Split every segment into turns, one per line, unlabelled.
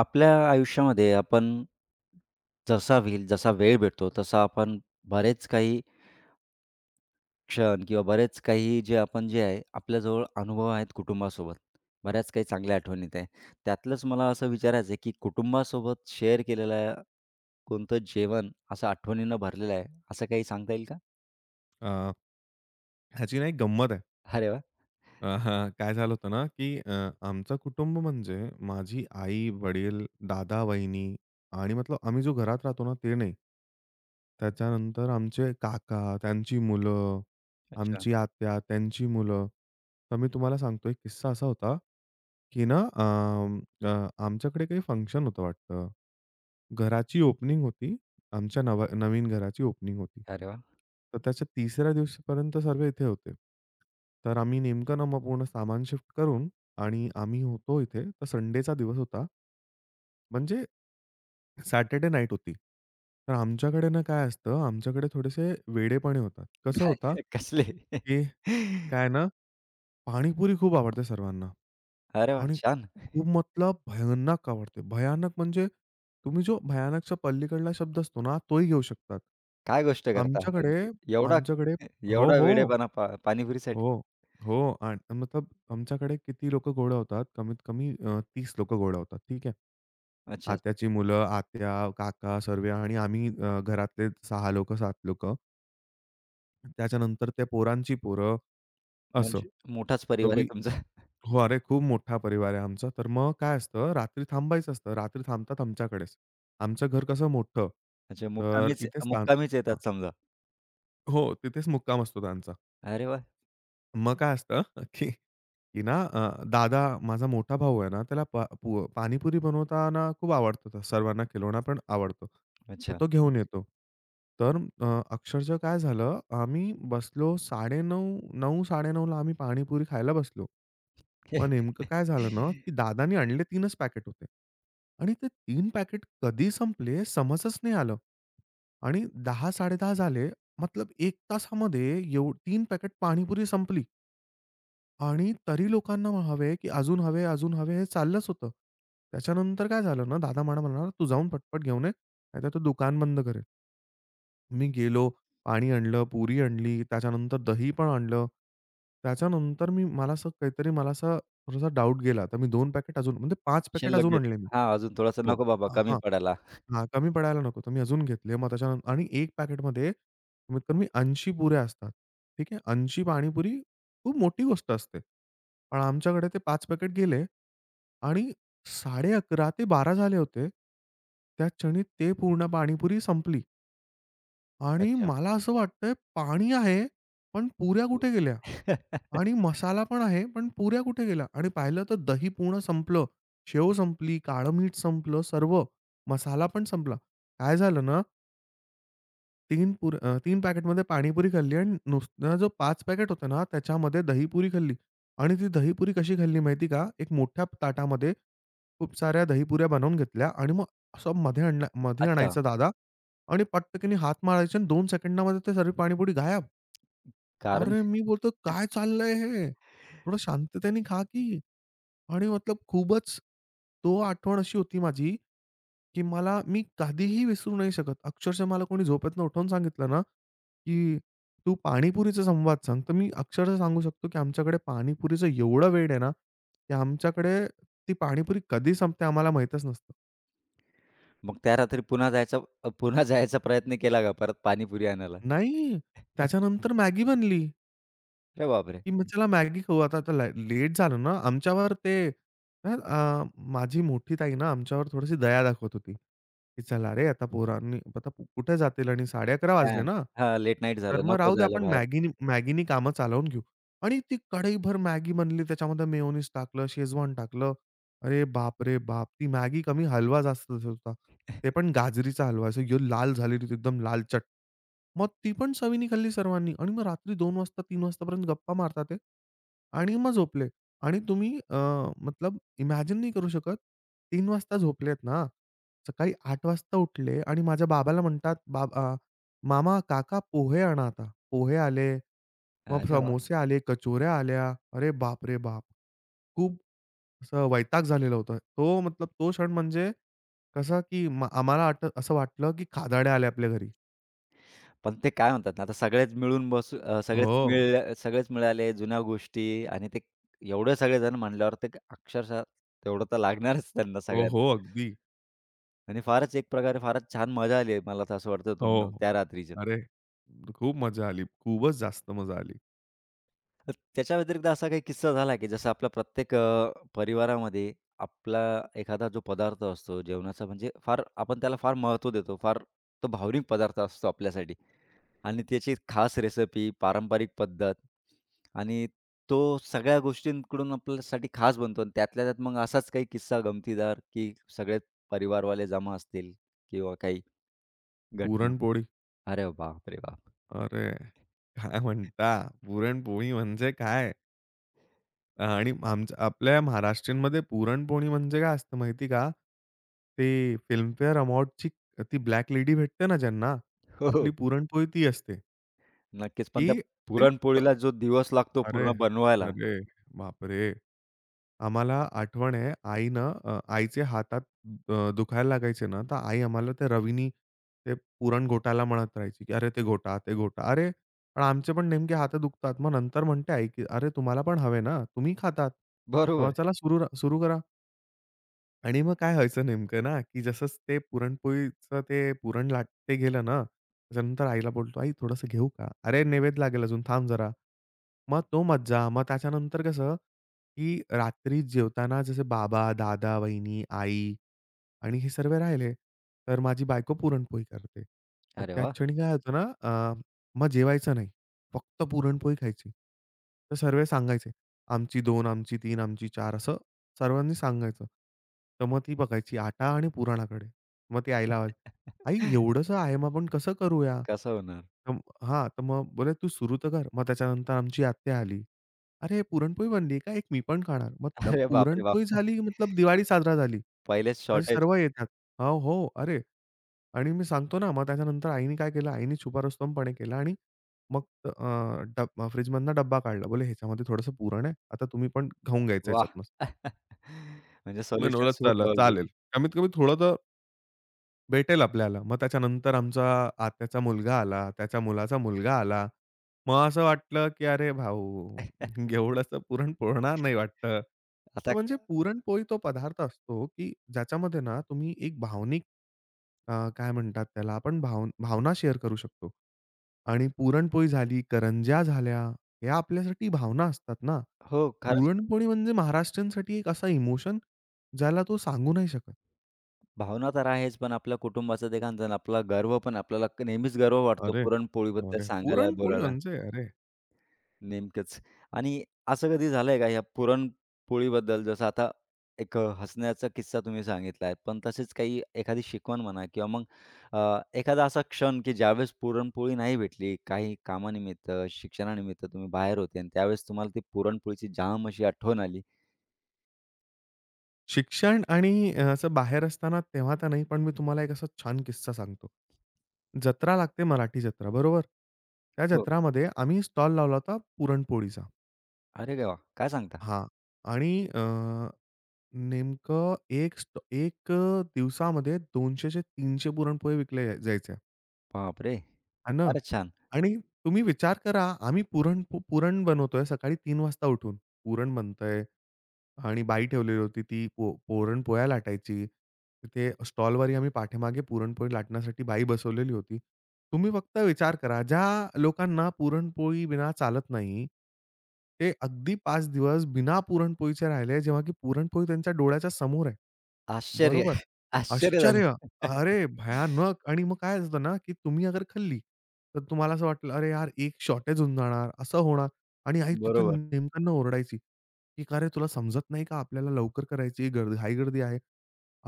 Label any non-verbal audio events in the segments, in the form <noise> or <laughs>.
आपल्या आयुष्यामध्ये आपण जसा होईल, जसा वेळ भेटतो, तसा आपण बरेच काही क्षण किंवा बरेच काही जे आपण जे आहे, आपल्याजवळ अनुभव आहेत कुटुंबासोबत. बऱ्याच काही चांगल्या आठवणी आहेत. त्यातलंच मला असं विचारायचं आहे, की कुटुंबासोबत शेअर केलेलं कोणतं जेवण असं आठवणीनं भरलेलं आहे, असं काही सांगता येईल का?
अ, ह्याची ना एक गंमत आहे.
अरे वाह!
अ, <laughs> हां, काय झालं होतं ना, की आमचं कुटुंब म्हणजे माझी आई, वडील, दादा, वहिनी आणि मतलब आम्ही जो घरात राहतो ना, ते नाही. त्याच्यानंतर आमचे काका, त्यांची मुलं,
अच्छा.
आमची आत्या, त्यांची मुलं. तर मी तुम्हाला सांगतो एक किस्सा असा होता, की आमच्याकडे काही फंक्शन होतं वाटतं. घराची ओपनिंग होती आमच्या नवा नवीन घराची ओपनिंग होती.
अरे वाह!
तर त्याच्या तिसऱ्या दिवशीपर्यंत सर्व इथे होते. तर आम्ही नेमकं ना मग पूर्ण सामान शिफ्ट करून आणि आम्ही होतो इथे. तर संडेचा दिवस होता. म्हणजे सॅटर्डे नाईट होती. तर आमच्याकडे ना काय असतं, आमच्याकडे थोडेसे वेडेपणे होतात. कसं होता,
काय कसले?
की काय ना, पाणीपुरी खूप आवडते सर्वांना.
अरे वाह!
आणि
छान.
खूप मतलब भयानक आवडते. भयानक म्हणजे तुम्ही जो भयानकच्या पलीकडला शब्द असतो ना, तोही घेऊ शकतात.
काय गोष्ट करता
आमच्याकडे
म्हणजे एवढा
आमच्याकडे हो,
एवढा
हो.
वेडेपणा पाणीपुरीसाठी?
हो, हो. आणि मतलब आमच्याकडे किती लोकं गोळा होतात? कमीत कमी 30 लोकं गोळा होतात. ठीक आहे.
अच्छा.
आत्याची मुलं, आत्या, काका सर्वे आणि आम्ही घरातले 6 लोकं, 7 लोकं. त्याच्यानंतर त्या पोरांची पोरं असं.
म्हणजे मोठाच
तर
परिवार आहे
वी
तुमचा.
हो, अरे, खूप मोठा परिवार आहे आमचा. तर मग काय असतं, रात्री थांबायचं असतं. रात्री थांबतात आमच्याकडेच. आमचं घर कसं मोठं,
अच्छा
तर
मुक्कामीच
इथेच थांब
मुक्कामीच
हां.
येतात समजा.
हो, तिथेच मुक्काम असतो त्यांचा.
अरे वाह!
मग काय असतं, <laughs> की की ना अ, दादा माझा मोठा भाऊ आहे ना, त्याला पा पु पाणीपुरी बनवताना खूप आवडतं. सर्वांना खिलवणं पण आवडतो. तर
अच्छा.
तो घेऊन येतो. तर अ, अक्षरशः काय झालं, आम्ही बसलो 9:30 9:00-9:30 आम्ही पाणीपुरी खायला बसलो. मग नेमकं
<laughs>
काय झालं ना, की दादानी आणले 3च पॅकेट होते. आणि ते 3 पॅकेट कधी संपले समजच नाही आलं. आणि 10:00-10:30 झाले. मतलब 1 तासामध्ये 3 पॅकेट पाणीपुरी संपली. आणि तरी लोकांना मग हवे, की अजून हवे, अजून हवे हे चाललंच होतं. त्याच्यानंतर काय झालं ना, दादा मला म्हणाला, "तू जाऊन पटपट घेऊन ये, नाहीतर तो दुकान बंद करेल." मी गेलो, पाणी आणलं, पुरी आणली, त्याच्यानंतर दही पण आणलं. त्याच्यानंतर मी मला असं काहीतरी मला असा थोडासा डाउट गेला. तर मी 2 पॅकेट अजून म्हणजे 5 पॅकेट
शिल्लक
अजून
घेतलं.
आणले मी.
हां, अजून थोडासा
हो.
नको बाबा कमी
हां.
पडायला.
हां, कमी पडायला नको. तर मी अजून घेतले. मग त्याच्यानंतर आणि 1 पॅकेटमध्ये कमीत कमी 80 पुऱ्या असतात. ठीक आहे. 80 पाणीपुरी खूप मोठी गोष्ट असते. पण आमच्याकडे ते पाच पॅकेट गेले आणि 11:30 ते बारा झाले होते. त्या क्षणी ते पूर्ण पाणीपुरी संपली. आणि
अच्छा.
मला असं वाटतंय पाणी आहे, पण पुऱ्या
व
कुठे गेल्या?
<laughs>
आणि मसाला पण आहे, पण पुऱ्या कुठे गेल्या? आणि पाहिलं तर दही पूर्ण संपलं, शेव संपली, काळं मीठ संपलं सर्व. मसाला पण संपला. काय झालं ना, 3 पॅकेटमध्ये पाणीपुरी खाल्ली आणि नुसता जो 5 पॅकेट होता ना, त्याच्यामध्ये दहीपुरी खाल्ली आणि ती दहीपुरी कशी खाल्ली माहिती का? एक मोठ्या ताटामध्ये खूप साऱ्या दहीपुऱ्या बनवून घेतल्या आणि मग असं मध्ये आणला मध्ये
अच्छा.
आणायचा दादा आणि पटकन हात मारायचे आणि 2 सेकंदामध्ये ते सर्व पाणीपुरी गायब.
कारण
अरे, मी बोलतो, "काय चाललंय हे? थोडं शांततेने खा की." आणि मतलब खूपच तो आठवण अशी होती माझी की मी कधीही विसरू नाही शकत. अक्षरशः मला कोणी झोपेतनं उठवून सांगितलं ना, की "तू पाणीपुरीचा संवाद सांग." तर मी अक्षरशः सांगू शकतो, की आमच्याकडे पाणीपुरीचं एवढं वेड आहे ना, की आमच्याकडे ती पाणीपुरी कधी संपते आम्हाला माहीतच नसतं.
मग त्या रात्री पुन्हा जायचा पुन्हा जायचा प्रयत्न केला का परत पाणीपुरी आणायला?
नाही,
<laughs>
त्याच्यानंतर मॅगी बनली.
अरे बापरे!
की मग चला मॅगी खाऊ आता. आता लेट झालं ना, आमच्यावर ते अ, अ, माझी मोठी ताई ना आमच्यावर थोडीशी दया दाखवत होती, की चला रे आता पोरांनी आता कुठे जातील आणि 11:30
काय
वाजले ना.
हां, लेट नाईट
तर
झालं.
मग
नको
राहू दे
जायला
आपण
बाहेर.
मॅगीनी मॅगीनी कामं चालवून घेऊ. आणि ती कढईभर मॅगी बनली त्याच्यामध्ये मेयोनीज टाकलं, शेजवान टाकलं. अरे बाप रे बाप! ती मॅगी कमी हलवा जास्त होता. ते पण गाजरीचा हलवा असं लाल झालेली होती एकदम लालचट. मग ती पण चवीने खाल्ली सर्वांनी आणि मग रात्री 2 वाजता 3 वाजतापर्यंत गप्पा मारतात ते आणि मग झोपले. आणि मतलब इमॅजिन नाही करू शकत 3 वाजता झोपलेत ना, सकाळी 8 वाजता उठले आणि माझ्या बाबाला म्हणतात, " मामा, काका पोहे आणा आता." पोहे आले, मग
अरे वाह!
समोसे आले, कचोऱ्या आल्या. अरे बाप रे बाप! खूप असं वैताग झालेला होता. तो मतलब तो क्षण म्हणजे कसा की आम्हाला असं वाटलं की खादाड्या आल्या आपल्या घरी.
पण ते काय म्हणतात ना, आता सगळेच मिळून बसू
हो.
सगळेच मिळाले, जुन्या गोष्टी आणि ते एवढे सगळेजण म्हणल्यावर ते अक्षरशः तेवढं तर लागणारच त्यांना
हो,
सगळ्यांना
हो. अगदी.
आणि फारच एक प्रकारे फारच छान मजा आली मला तर असं वाटतं
हो,
तुम्हाला
हो.
त्या रात्रीचं.
अरे, खूप मजा आली. खूपच जास्त मजा आली.
तर त्याच्या व्यतिरिक्त असा काही किस्सा झाला की जसं आपला प्रत्येक परिवारामध्ये आपला एखादा जो पदार्थ असतो जेवणाचा म्हणजे फार आपण त्याला फार महत्त्व देतो. फार तो भावनिक पदार्थ असतो आपल्यासाठी. आणि त्याची खास रेसिपी, पारंपरिक पद्धत आणि तो सगळ्या गोष्टींकडून आपल्यासाठी खास बनतो आणि त्यातल्या त्यात मग असाच काही किस्सा गमतीदार, की सगळे परिवारवाले जमा असतील किंवा काही घटना.
पुरणपोळी,
अरे बापरे बाप!
अरे, काय म्हणता? पुरणपोळी म्हणजे काय? आणि आमच्या आपल्या महाराष्ट्रीयनमध्ये पुरणपोळी म्हणजे काय असतं माहिती का? ते फिल्मफेअर अवॉर्डची ती ब्लॅक लेडी भेटते ना ज्यांना,
हो, हो.
आपली पुरणपोळी ती असते.
नक्कीच. पण
की
त्या
ती
पुरणपोळीला
ट-
जो दिवस लागतो
अरे,
पूर्ण बनवायला.
अरे, बापरे! आम्हाला आठवण आहे आईचे हातात दुखायला लागायचे ना, तर आई आम्हाला ते रवीनी ते पुरण घोटायला म्हणत राहायची, की "अरे ते घोटा, ते घोटा." अरे, पण आमचे पण नेमके हात दुखतात. मग नंतर म्हणते आई, की "अरे तुम्हाला पण हवे ना, तुम्ही खातात." तेव्हा
बरोबर.
"चला सुरू सुरू करा." आणि मग काय व्हायचं नेमकं ना, की जसंच ते पुरणपोळीचं ते पुरण लाटते गेलं ना, त्याच्यानंतर आईला बोलतो, "आई थोडंसं घेऊ का?" "अरे नैवेद्य लागेल अजून, थांब जरा." मग तो मज्जा. मग त्याच्यानंतर कसं, की रात्री जेवताना जसे बाबा, दादा, वहिनी, आई आणि हे सर्व राहिले, तर माझी बायको पुरणपोळी करते. तर
अरे
त्या
वाह!
क्षणी काय होतं ना, अ, मग जेवायचं नाही, फक्त पुरणपोळी खायची. तर सर्व सांगायचे, "आमची 2, आमची 3, आमची 4" असं सर्वांनी सांगायचं. तर मग ती बघायची आटा आणि पुराणाकडे. मग ती आईला आवाज, "आई
<laughs>
एवढंसं आहे, मग आपण कसं करूया?"
कसं होणार?
तर हां, तर मग बोले, "तू सुरू तर कर." मग त्याच्यानंतर आमची आत्या आली. "अरे पुरणपोळी बनली का? एक मी पण खाणार." मतलब
अरे बापरे
पुरणपोळी
बाप!
झाली मतलब दिवाळी साजरा झाली.
पहिलेच
असे
शॉर्टेज.
सर्व येतात. हो, हो. अरे आणि मी सांगतो ना, मग त्याच्यानंतर आईने काय केलं, आईने छुपा रुस्तमपणे केला आणि मग फ्रिजमधनं डब्बा काढला. बोले, "ह्याच्यामध्ये थोडंसं पुरण आहे. आता तुम्ही पण खाऊन घ्यायचं
वाह!
ह्याच्यातनं."
<laughs> म्हणजे सोल्युशन्स
मनवलं चला
होतं
चालेल.
ऑलरेडी.
कमीत कमी थोडं तर भेटेल आपल्याला. मग त्याच्यानंतर आमचा आत्याचा मुलगा आला, त्याच्या मुलाचा मुलगा आला. मग असं वाटलं, की "अरे भाऊ,
<laughs>
एवढंसं पुरण पुरणार नाही वाटतं."
आता
तर म्हणजे पुरणपोळी तो पदार्थ असतो, की ज्याच्यामध्ये ना तुम्ही एक भावनिक काय म्हणतात त्याला आपण भावना शेअर करू शकतो. आणि पुरणपोळी झाली, करंज्या झाल्या, या आपल्यासाठी भावना असतात ना.
हो, खरंच
पुरणपोळी म्हणजे महाराष्ट्रीयांसाठी एक असा इमोशन, ज्याला तो सांगू नाही शकत.
भावना तर आहेच, पण आपल्या कुटुंबाचं ते काय म्हणतात ना, आपला गर्व पण आपल्याला क- नेहमीच गर्व वाटतो
अरे!
पुरणपोळीबद्दल
अरे!
सांगायला,
पुरणपोळी
बोलायला.
म्हणजे अरे!
नेमकंच. आणि असं कधी झालंय का, ह्या पुरणपोळीबद्दल जसं आता एक हसण्याचा किस्सा तुम्ही सांगितला आहे, पण तसेच काही एखादी शिकवण म्हणा किंवा मग अ, एखादा असा क्षण, की ज्यावेळेस पुरणपोळी नाही भेटली, काही कामानिमित्त, शिक्षणानिमित्त तुम्ही बाहेर होते आणि त्यावेळेस तुम्हाला ती पुरणपोळीची जाम अशी आठवण आली?
शिक्षण आणि असं बाहेर असताना तेव्हा तर नाही, पण मी तुम्हाला एक असा छान किस्सा सांगतो. जत्रा लागते मराठी जत्रा, बरोबर? त्या
हो.
जत्रामध्ये आम्ही स्टॉल लावला होता पुरणपोळीचा.
अरे वाह! काय सांगता?
हां. आणि नेमकं एक दिवसामध्ये 200 ते 300 पुरणपोळी विकल्या जायच्या.
बापरे!
हां ना?
फारच छान.
आणि तुम्ही विचार करा, आम्ही पुरण बनवतोय सकाळी 3 वाजता उठून. पुरण बनतंय. आणि बाई ठेवलेली होती. ती पुरणपोळ्या लाटायची. तिथे स्टॉलवरही आम्ही पाठीमागे पुरणपोळी लाटण्यासाठी बाई बसवलेली होती. तुम्ही फक्त विचार करा, ज्या लोकांना पुरणपोळी बिना चालत नाही, ते अगदी 5 दिवस बिना पुरणपोळीचे राहिले, जेव्हा की पुरणपोळी त्यांच्या डोळ्याच्या समोर आहे.
आश्चर्य.
बरोबर.
आश्चर्य झालं.
आश्चर्य!
<laughs>
अरे भयानक! आणि मग काय असतं ना, की तुम्ही अगर खाल्ली, तर तुम्हाला असं वाटलं, "अरे यार, एक शॉर्टेज होऊन जाणार, असं होणार." आणि आई तिथं
बरोबर.
नेमक्यानं ओरडायची, की "का रे, तुला समजत नाही का आपल्याला लवकर करायची गर्दी घाई-गर्दी आहे."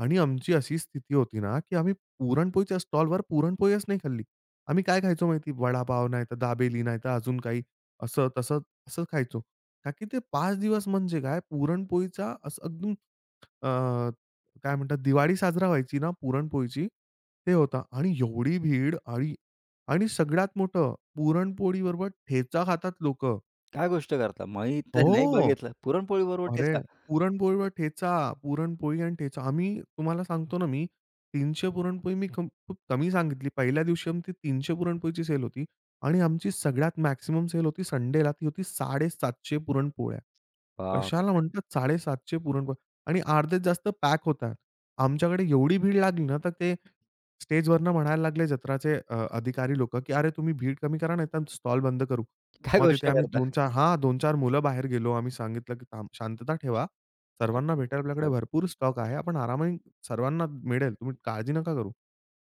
आणि आमची अशी स्थिती होती ना, की आम्ही पुरणपोळीच्या स्टॉलवर पुरणपोळीच नाही खाल्ली. आम्ही काय खायचो माहिती? वडापाव, नाहीतर दाबेली, नाहीतर अजून काही असं तसं असं खायचो. का की ते 5 दिवस म्हणजे काय पुरणपोळीचा असं एकदम अ काय म्हणतात, दिवाळी साजरा व्हायची ना पुरणपोळीची, ते होता आणि एवढी भीड आणि आणि सगळ्यात मोठं पुरणपोळीबरोबर ठेचा खातात लोक
काय गोष्ट करता? मी तर <laughs> नाही
हो.
बघितलं. पुरणपोळी बरोबर
अरे,
ठेचा.
पुरणपोळीवर ठेचा, पुरणपोळी आणि ठेचा. आम्ही तुम्हाला सांगतो ना मी, 300 पुरणपोळी मी खूप कमी सांगितली. पहिल्या दिवशी आमची 300 पुरणपोळीची सेल होती आणि आमची सगळ्यात मॅक्सिमम सेल होती संडेला. ती होती 750 पुरणपोळ्या.
बाप!
कशाला म्हणतात 750 पुरणपोळ्या आणि अर्ध्यात जास्त पॅक होतात. आमच्याकडे एवढी भीड लागली ना, तर ते स्टेजवरनं म्हणायला लागले जत्राचे अधिकारी लोकं, की "अरे, तुम्ही भीड कमी करा, नाहीतर स्टॉल बंद करू."
काय
मग
गोष्ट
तिथे आम्ही
करता?
दोन-चार मुलं बाहेर गेलो. आम्ही सांगितलं, की थांब शांतता ठेवा. सर्वांना
साखर-
भेटेल आपल्याकडे
साखर.
भरपूर स्टॉक आहे. आपण आरामाने सर्वांना मिळेल. तुम्ही काळजी नका करू.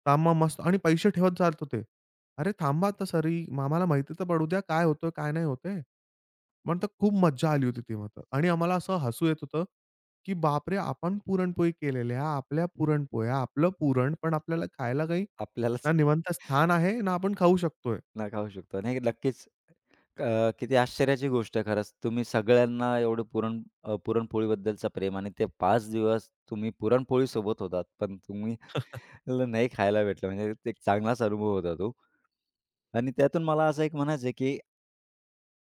थांब मग मस्त आणि पैसे ठेवत जात होते. "अरे थांबा आता सरी, मग आम्हाला माहिती तर पडू द्या काय होतं, काय नाही होत आहे." म्हणतात खूप मज्जा आली होती ती मात्र आणि आम्हाला असं हसू येत होतं, की बापरे! आपण पुरणपोळी केलेल्या, आपल्या पुरणपोळ्या, आपलं पुरण, पण आपल्याला खायला काही
आपल्यालाच
ना निवांत स्थान आहे, ना आपण खाऊ शकतोय.
न खाऊ शकतो. नाही नक्कीच. किती आश्चर्याची गोष्ट आहे खरंच. तुम्ही सगळ्यांना एवढं पुरण पुरणपोळीबद्दलचं प्रेम आणि ते 5 दिवस तुम्ही पुरणपोळीसोबत होतात. पण तुम्ही मला नाही खायला भेटलं म्हणजे ते एक चांगलाच अनुभव होता तो. आणि त्यातून मला असं एक म्हणायचं आहे, की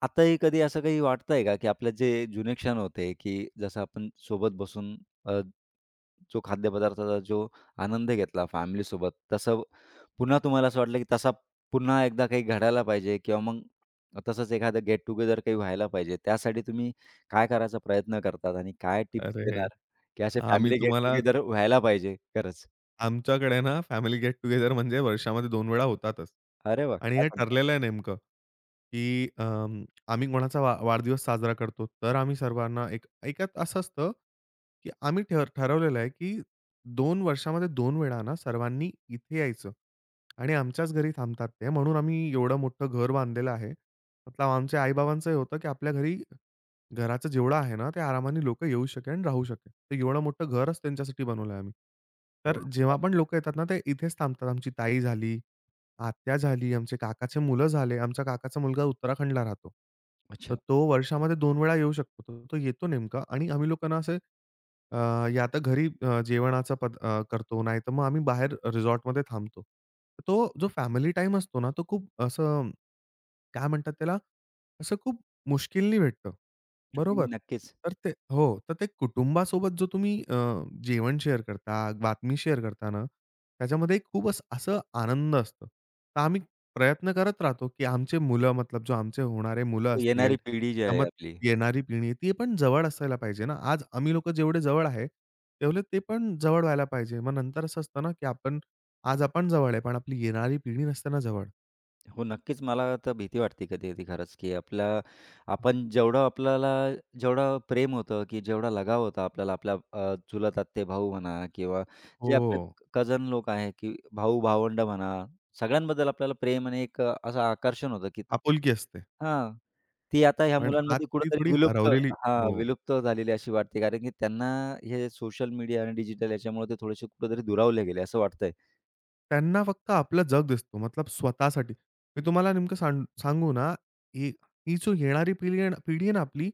आताही कधी असं काही वाटतंय का, की आपले जे जुने क्षण होते, की जसं आपण सोबत बसून अ, जो खाद्यपदार्थाचा जो आनंद घेतला फॅमिलीसोबत, तसं पुन्हा तुम्हाला असं वाटलं, की तसा पुन्हा एकदा काही घडायला पाहिजे किंवा मग तसंच एखादं गेट टुगेदर काही व्हायला पाहिजे. त्यासाठी तुम्ही काय करायचा प्रयत्न करतात आणि काय टिप्स
अरे!
देणार, की असे
आम्ही
फॅमिली गेट
तुम्हाला
टुगेदर व्हायला पाहिजे खरंच?
आमच्याकडे ना फॅमिली गेट टुगेदर म्हणजे वर्षामध्ये 2 वेळा होतातच.
अरे वाह!
आणि
काय
हे
म्हणता?
ठरलेलं आहे नेमकं, की अं, आम्ही कोणाचा वाढदिवस साजरा करतो, तर आम्ही सर्वांना एक ऐकत असं असतं, की आम्ही ठरवलेलं आहे, की दोन वर्षामध्ये 2 वेळा ना सर्वांनी इथे यायचं आणि आमच्याच घरी थांबतात ते. म्हणून आम्ही एवढं मोठं घर बांधलेलं आहे. मतलब आमच्या आई-बाबांचंही होतं, की आपल्या घरी घराचं जेवढं आहे ना, ते आरामाने लोकं येऊ शकेल आणि राहू शकेल. तर एवढं मोठं घरच त्यांच्यासाठी बनवलं आहे आम्ही. तर
हो.
जेव्हा पण लोकं येतात ना, ते इथेच थांबतात. आमची ताई झाली, आत्या झाली, आमचे काकाचे मुलं झाले. आमचा काकाचा मुलगा उत्तराखंडला राहतो. तर
अच्छा.
तो वर्षामध्ये 2 वेळा येऊ शकतो. तर तो येतो नेमका आणि आम्ही लोकांना असे या तर घरी जेवणाचा करतो, नाहीतर मग आम्ही बाहेर रिसॉर्टमध्ये थांबतो. तर तो जो फॅमिली टाइम असतो ना, तो खूप असं काय म्हणतात त्याला? असं खूप मुश्किलनी भेटतं.
आणि
बरोबर.
नक्कीच
तर ते हो. तर ते कुटुंबासोबत जो तुम्ही जेवण शेअर करता, बातमी शेअर करता ना, त्याच्यामध्ये एक खूप असं असं आनंद असतो. तर आम्ही प्रयत्न करत राहतो, की आमचे मुलं मतलब जो आमचे होणारे मुलं
येणारी
असतील,
पिढी जी आहे
किंवा
आपली,
येणारी पिढी ती पण जवळ असायला पाहिजे ना. आज आम्ही लोकं जेवढे जवळ आहे, तेवढे ते पण जवळ व्हायला पाहिजे. मग नंतर असं असतं ना, की आज आपण जवळ आहे, पण आपली येणारी पिढी नसते ना जवळ.
हो, नक्कीच. मला तर भीती वाटते कधी-कधी खरंच, की आपल्या आपण जेवढं आपल्याला जेवढं प्रेम होतं, की जेवढा लगाव होता आपल्याला आपल्या चुलत आत्ते-भाऊ म्हणा किंवा जे
हो.
आपले कझन लोक आहे, की भाऊ-भावंड म्हणा, सगळ्यांबद्दल आपल्याला प्रेम आणि एक असं आकर्षण होतं, की
आपुलकी असते.
हां, ती आता ह्या
पण आज
मुलांमध्ये
ती
कुठेतरी
थोडी
विलुप्त
हरवलेली
हां,
हो.
विलुप्त झालेली अशी वाटते. कारण की त्यांना हे सोशल मीडिया आणि डिजिटल याच्यामुळे ते थोडेसे कुठेतरी दुरावले गेले असं वाटतंय.
त्यांना फक्त आपलं जग दिसतो मतलब स्वतःसाठी. मी तुम्हाला नेमकं सांगू ना, ही ही जो येणारी पिढी आहे ना आपली,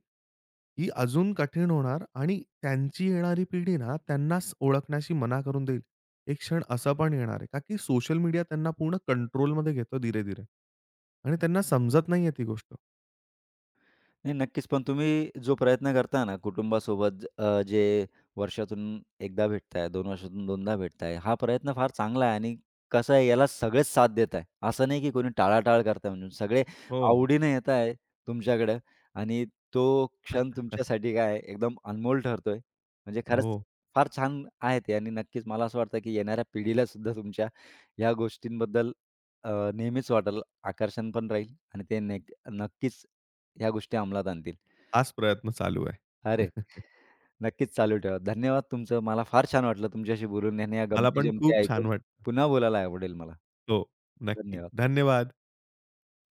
ही अजून कठीण होणार आणि त्यांची येणारी पिढी ना त्यांनाच ओळखण्याशी मना करून देईल. एक क्षण असं पण येणार आहे, का की सोशल मीडिया त्यांना पूर्ण कंट्रोलमध्ये घेतो धीरे-धीरे आणि त्यांना समजत नाहीये ती गोष्ट.
नाही, नक्कीच. पण तुम्ही जो प्रयत्न करता ना कुटुंबासोबत जे वर्षातून 1 दा भेटताय, 2 वर्षातून 2 दा भेटताय, हा प्रयत्न फार चांगला आहे आणि कसं आहे याला सगळेच साथ देत आहे. असं नाही की कोणी टाळाटाळ करताय म्हणून. सगळे
हो,
आवडीने येत आहे तुमच्याकडं आणि तो क्षण
<laughs> हो.
तुमच्यासाठी काय एकदम अनमोल ठरतोय. म्हणजे खरंच
हो,
फार छान आहे ते आणि नक्कीच मला असं वाटतं की येणाऱ्या पिढीला सुद्धा तुमच्या ह्या गोष्टींबद्दल नेहमीच वाटेल, आकर्षण पण राहील आणि ते नक्कीच ह्या गोष्टी अंमलात आणतील.
हाच प्रयत्न चालू आहे.
अरे,
<laughs>
नक्कीच चालू ठेवा. धन्यवाद तुमचं. मला फार छान वाटलं तुमच्याशी बोलून आणि या
मला पण
गमती-जमती
खूप छान
ऐकून.
वाटलं.
पुन्हा बोलायला आवडेल मला.
हो, नक्की.
धन्यवाद.
धन्यवाद.